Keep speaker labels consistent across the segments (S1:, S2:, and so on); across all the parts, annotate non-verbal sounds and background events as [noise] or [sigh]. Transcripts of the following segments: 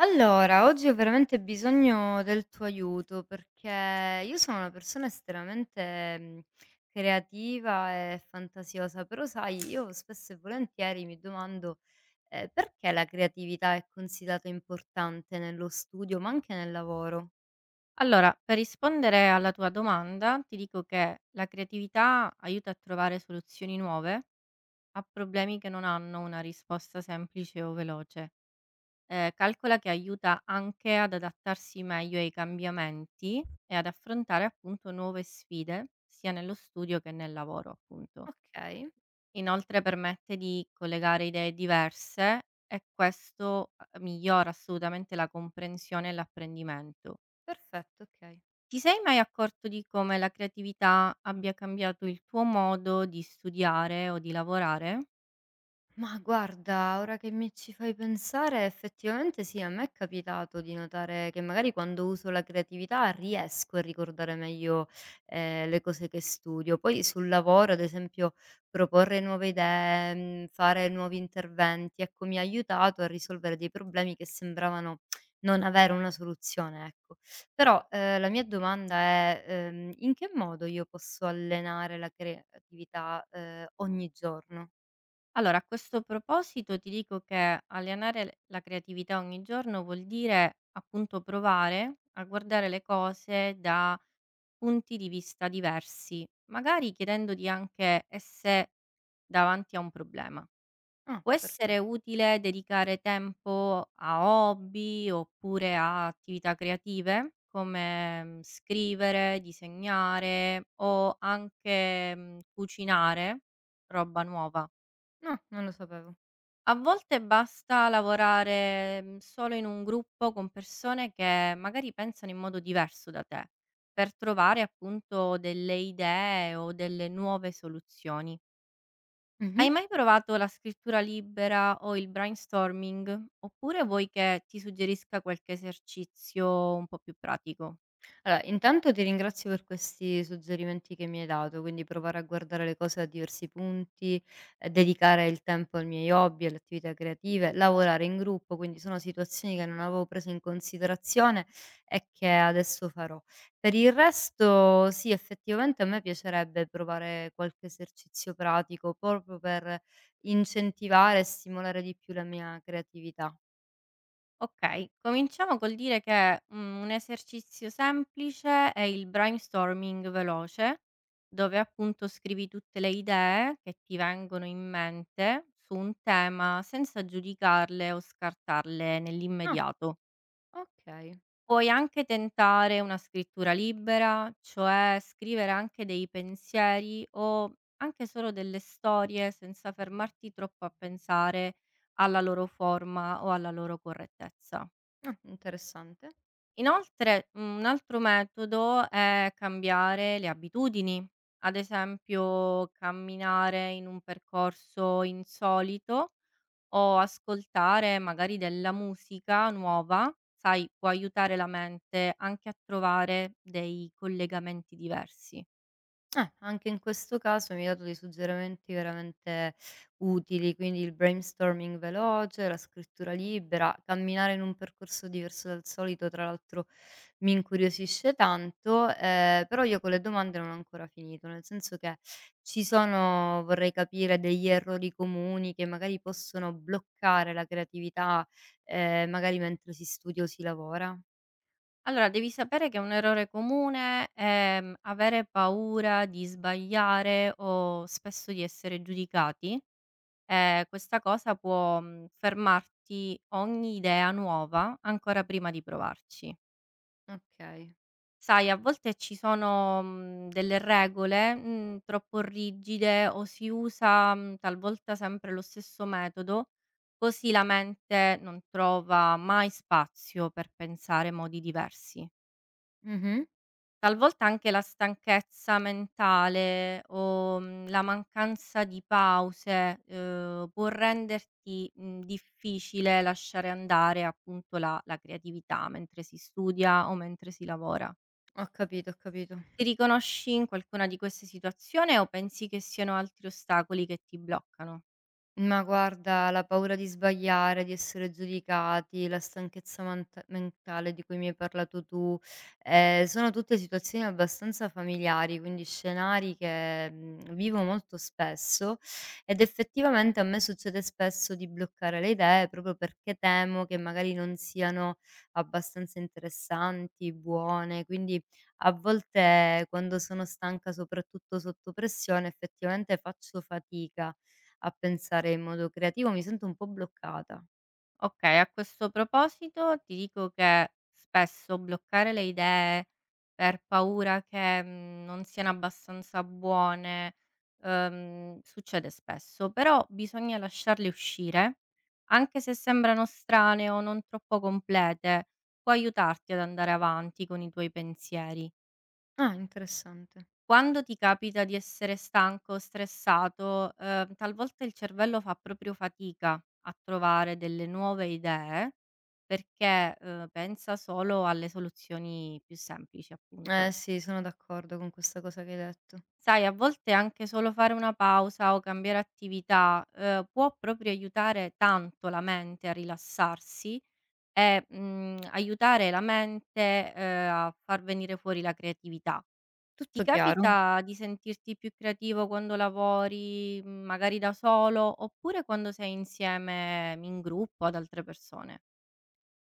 S1: Allora, oggi ho veramente bisogno del tuo aiuto perché io sono una persona estremamente creativa e fantasiosa, però sai, io spesso e volentieri mi domando perché la creatività è considerata importante nello studio, ma anche nel lavoro.
S2: Allora, per rispondere alla tua domanda, ti dico che la creatività aiuta a trovare soluzioni nuove a problemi che non hanno una risposta semplice o veloce. Calcola che aiuta anche ad adattarsi meglio ai cambiamenti e ad affrontare appunto nuove sfide, sia nello studio che nel lavoro, appunto.
S1: Ok,
S2: Inoltre permette di collegare idee diverse e questo migliora assolutamente la comprensione e l'apprendimento.
S1: perfetto, ok.
S2: Ti sei mai accorto di come la creatività abbia cambiato il tuo modo di studiare o di lavorare?
S1: Ma guarda, ora che mi ci fai pensare, effettivamente sì, a me è capitato di notare che magari quando uso la creatività riesco a ricordare meglio le cose che studio. Poi sul lavoro, ad esempio, proporre nuove idee, fare nuovi interventi, ecco, mi ha aiutato a risolvere dei problemi che sembravano non avere una soluzione, ecco. Però la mia domanda è in che modo io posso allenare la creatività ogni giorno?
S2: Allora, a questo proposito ti dico che allenare la creatività ogni giorno vuol dire appunto provare a guardare le cose da punti di vista diversi, magari chiedendoti anche e se davanti a un problema.
S1: Ah,
S2: Può essere
S1: perfetto.
S2: utile dedicare tempo a hobby oppure a attività creative come scrivere, disegnare o anche cucinare roba nuova.
S1: No, non lo sapevo.
S2: A volte basta lavorare solo in un gruppo con persone che magari pensano in modo diverso da te per trovare appunto delle idee o delle nuove soluzioni. Hai
S1: Mh-mh.
S2: mai provato la scrittura libera o il brainstorming? Oppure vuoi che ti suggerisca qualche esercizio un po' più pratico?
S1: Allora, intanto ti ringrazio per questi suggerimenti che mi hai dato, quindi provare a guardare le cose da diversi punti, dedicare il tempo ai miei hobby, alle attività creative, lavorare in gruppo, quindi sono situazioni che non avevo preso in considerazione e che adesso farò. Per il resto sì, effettivamente a me piacerebbe provare qualche esercizio pratico, proprio per incentivare e stimolare di più la mia creatività.
S2: Okay, cominciamo col dire che, un esercizio semplice è il brainstorming veloce, dove appunto scrivi tutte le idee che ti vengono in mente su un tema senza giudicarle o scartarle
S1: Ah,
S2: nell'immediato.
S1: okay.
S2: Puoi anche tentare una scrittura libera, cioè scrivere anche dei pensieri o anche solo delle storie senza fermarti troppo a pensare alla loro forma o alla loro correttezza.
S1: Ah, interessante.
S2: Inoltre, un altro metodo è cambiare le abitudini, ad esempio camminare in un percorso insolito o ascoltare magari della musica nuova, sai, può aiutare la mente anche a trovare dei collegamenti diversi.
S1: Anche in questo caso mi hai dato dei suggerimenti veramente utili, quindi il brainstorming veloce, la scrittura libera, camminare in un percorso diverso dal solito, tra l'altro mi incuriosisce tanto, però io con le domande non ho ancora finito, nel senso che ci sono, vorrei capire, degli errori comuni che magari possono bloccare la creatività, magari mentre si studia o si lavora.
S2: Allora, devi sapere che un errore comune è avere paura di sbagliare o spesso di essere giudicati. Questa cosa può fermarti ogni idea nuova ancora prima di provarci.
S1: Ok.
S2: Sai, a volte ci sono, delle regole, troppo rigide o si usa, talvolta sempre lo stesso metodo, così la mente non trova mai spazio per pensare modi diversi.
S1: Mhm.
S2: Talvolta anche la stanchezza mentale o, la mancanza di pause, può renderti, difficile lasciare andare appunto la creatività mentre si studia o mentre si lavora.
S1: Ho capito, ho capito.
S2: Ti riconosci in qualcuna di queste situazioni o pensi che siano altri ostacoli che ti bloccano?
S1: Ma guarda, la paura di sbagliare, di essere giudicati, la stanchezza mentale di cui mi hai parlato tu, sono tutte situazioni abbastanza familiari, quindi scenari che vivo molto spesso ed effettivamente a me succede spesso di bloccare le idee proprio perché temo che magari non siano abbastanza interessanti, buone, quindi a volte quando sono stanca, soprattutto sotto pressione, effettivamente faccio fatica a pensare in modo creativo, mi sento un po' bloccata.
S2: Okay, a questo proposito ti dico che spesso bloccare le idee per paura che, non siano abbastanza buone, succede spesso, però bisogna lasciarle uscire, anche se sembrano strane o non troppo complete, può aiutarti ad andare avanti con i tuoi pensieri.
S1: Ah, interessante.
S2: Quando ti capita di essere stanco, stressato, talvolta il cervello fa proprio fatica a trovare delle nuove idee perché, pensa solo alle soluzioni più semplici, appunto.
S1: Eh sì, sono d'accordo con questa cosa che hai detto.
S2: Sai, a volte anche solo fare una pausa o cambiare attività, può proprio aiutare tanto la mente a rilassarsi e, aiutare la mente, a far venire fuori la creatività. Ti
S1: Tutto chiaro.
S2: capita di sentirti più creativo quando lavori, magari da solo, oppure quando sei insieme in gruppo ad altre persone?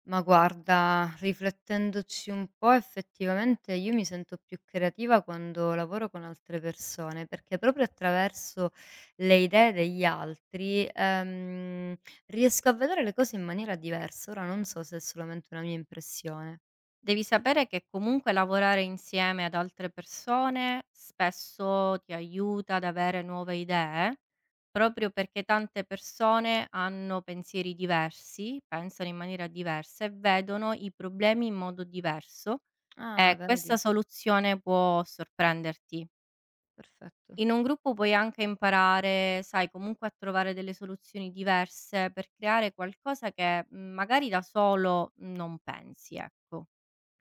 S1: Ma guarda, riflettendoci un po', effettivamente io mi sento più creativa quando lavoro con altre persone, perché proprio attraverso le idee degli altri riesco a vedere le cose in maniera diversa. Ora non so se è solamente una mia impressione.
S2: Devi sapere che comunque lavorare insieme ad altre persone spesso ti aiuta ad avere nuove idee, proprio perché tante persone hanno pensieri diversi, pensano in maniera diversa e vedono i problemi in modo diverso
S1: Ah,
S2: e questa
S1: vedi,
S2: soluzione può sorprenderti.
S1: perfetto.
S2: In un gruppo puoi anche imparare, sai, comunque a trovare delle soluzioni diverse per creare qualcosa che magari da solo non pensi, ecco.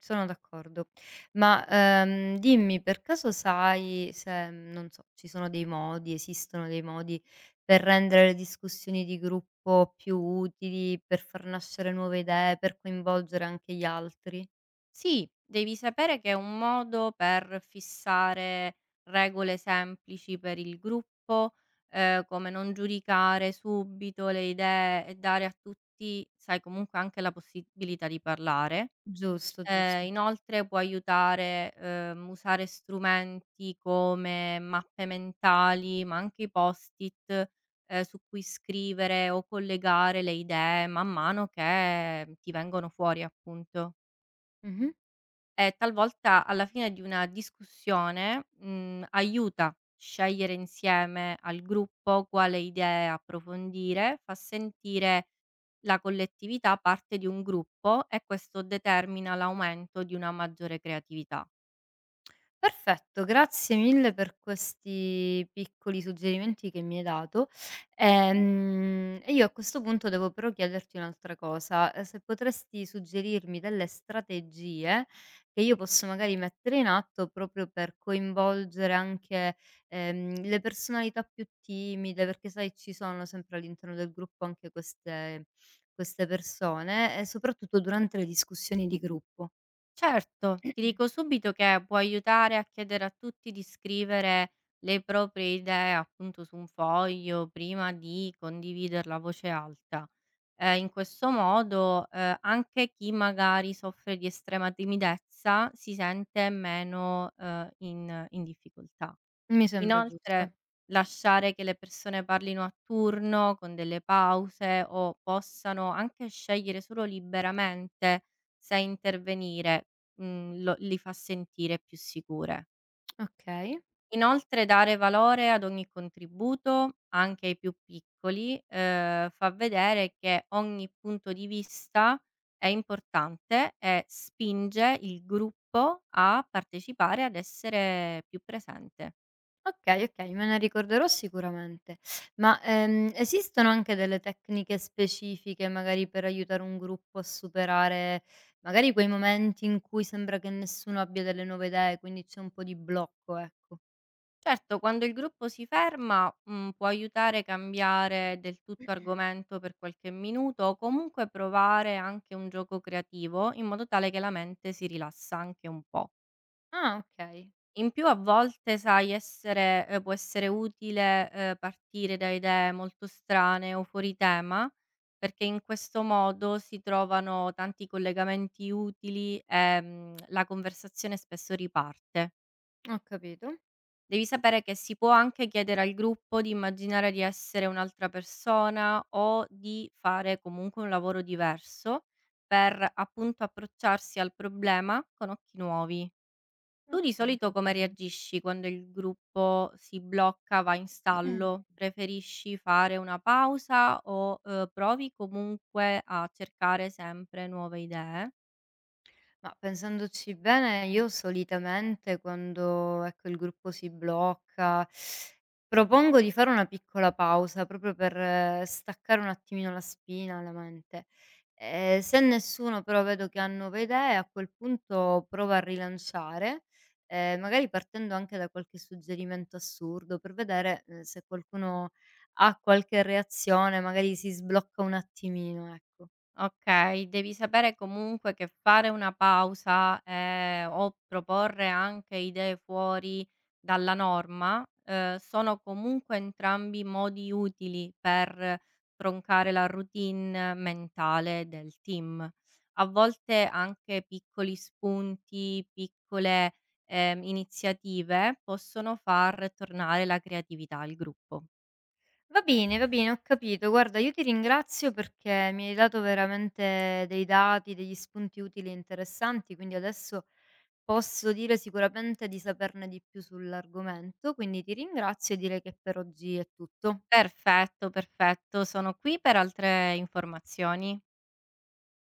S1: Sono d'accordo. Ma, dimmi per caso sai se, non so, ci sono dei modi, esistono dei modi per rendere le discussioni di gruppo più utili, per far nascere nuove idee, per coinvolgere anche gli altri?
S2: Sì, devi sapere che è un modo per fissare regole semplici per il gruppo, come non giudicare subito le idee e dare a tutti, sai, comunque anche la possibilità di parlare.
S1: Giusto, giusto.
S2: Inoltre può aiutare, usare strumenti come mappe mentali, ma anche i post-it, su cui scrivere o collegare le idee man mano che ti vengono fuori, appunto.
S1: Mh-mh.
S2: E talvolta alla fine di una discussione, aiuta a scegliere insieme al gruppo quale idee approfondire, fa sentire la collettività parte di un gruppo e questo determina l'aumento di una maggiore creatività.
S1: Perfetto, grazie mille per questi piccoli suggerimenti che mi hai dato. E io a questo punto devo però chiederti un'altra cosa, se potresti suggerirmi delle strategie che io posso magari mettere in atto proprio per coinvolgere anche le personalità più timide, perché sai ci sono sempre all'interno del gruppo anche queste persone, e soprattutto durante le discussioni di gruppo.
S2: Certo, ti dico subito che può aiutare a chiedere a tutti di scrivere le proprie idee appunto su un foglio prima di condividerla a voce alta. In questo modo, anche chi magari soffre di estrema timidezza si sente meno, in difficoltà.
S1: Mi sembra
S2: Inoltre,
S1: giusto.
S2: lasciare che le persone parlino a turno con delle pause o possano anche scegliere solo liberamente se intervenire, lo li fa sentire più sicure.
S1: Ok.
S2: Inoltre dare valore ad ogni contributo, anche ai più piccoli, fa vedere che ogni punto di vista è importante e spinge il gruppo a partecipare, ad essere più presente.
S1: Okay, okay, me ne ricorderò sicuramente. Ma, esistono anche delle tecniche specifiche, magari per aiutare un gruppo a superare, magari quei momenti in cui sembra che nessuno abbia delle nuove idee, quindi c'è un po' di blocco, ecco.
S2: Certo, quando il gruppo si ferma, può aiutare a cambiare del tutto argomento per qualche minuto o comunque provare anche un gioco creativo, in modo tale che la mente si rilassa anche un po'.
S1: Ah, okay,
S2: In più a volte sai essere può essere utile, partire da idee molto strane o fuori tema, perché in questo modo si trovano tanti collegamenti utili, la conversazione spesso riparte.
S1: ho capito.
S2: Devi sapere che si può anche chiedere al gruppo di immaginare di essere un'altra persona o di fare comunque un lavoro diverso per, appunto, approcciarsi al problema con occhi nuovi. Tu di
S1: Okay,
S2: solito
S1: va
S2: come
S1: bene.
S2: reagisci quando il gruppo si blocca, va in stallo?
S1: [clears throat]
S2: Preferisci fare una pausa o, provi comunque a cercare sempre nuove idee?
S1: Ma pensandoci bene, io solitamente quando, ecco, il gruppo si blocca, propongo di fare una piccola pausa proprio per staccare un attimino la spina, la mente. Se nessuno però vedo che ha nuove idee, a quel punto provo a rilanciare, magari partendo anche da qualche suggerimento assurdo per vedere, se qualcuno ha qualche reazione, magari si sblocca un attimino, ecco.
S2: Okay, devi sapere comunque che fare una pausa, o proporre anche idee fuori dalla norma, sono comunque entrambi modi utili per troncare la routine mentale del team. A volte anche piccoli spunti, piccole, iniziative possono far tornare la creatività al gruppo.
S1: Va bene, ho capito. Guarda, io ti ringrazio perché mi hai dato veramente dei dati, degli spunti utili e interessanti, quindi adesso posso dire sicuramente di saperne di più sull'argomento, quindi ti ringrazio e direi che per oggi è tutto.
S2: Perfetto, perfetto. Sono qui per altre informazioni.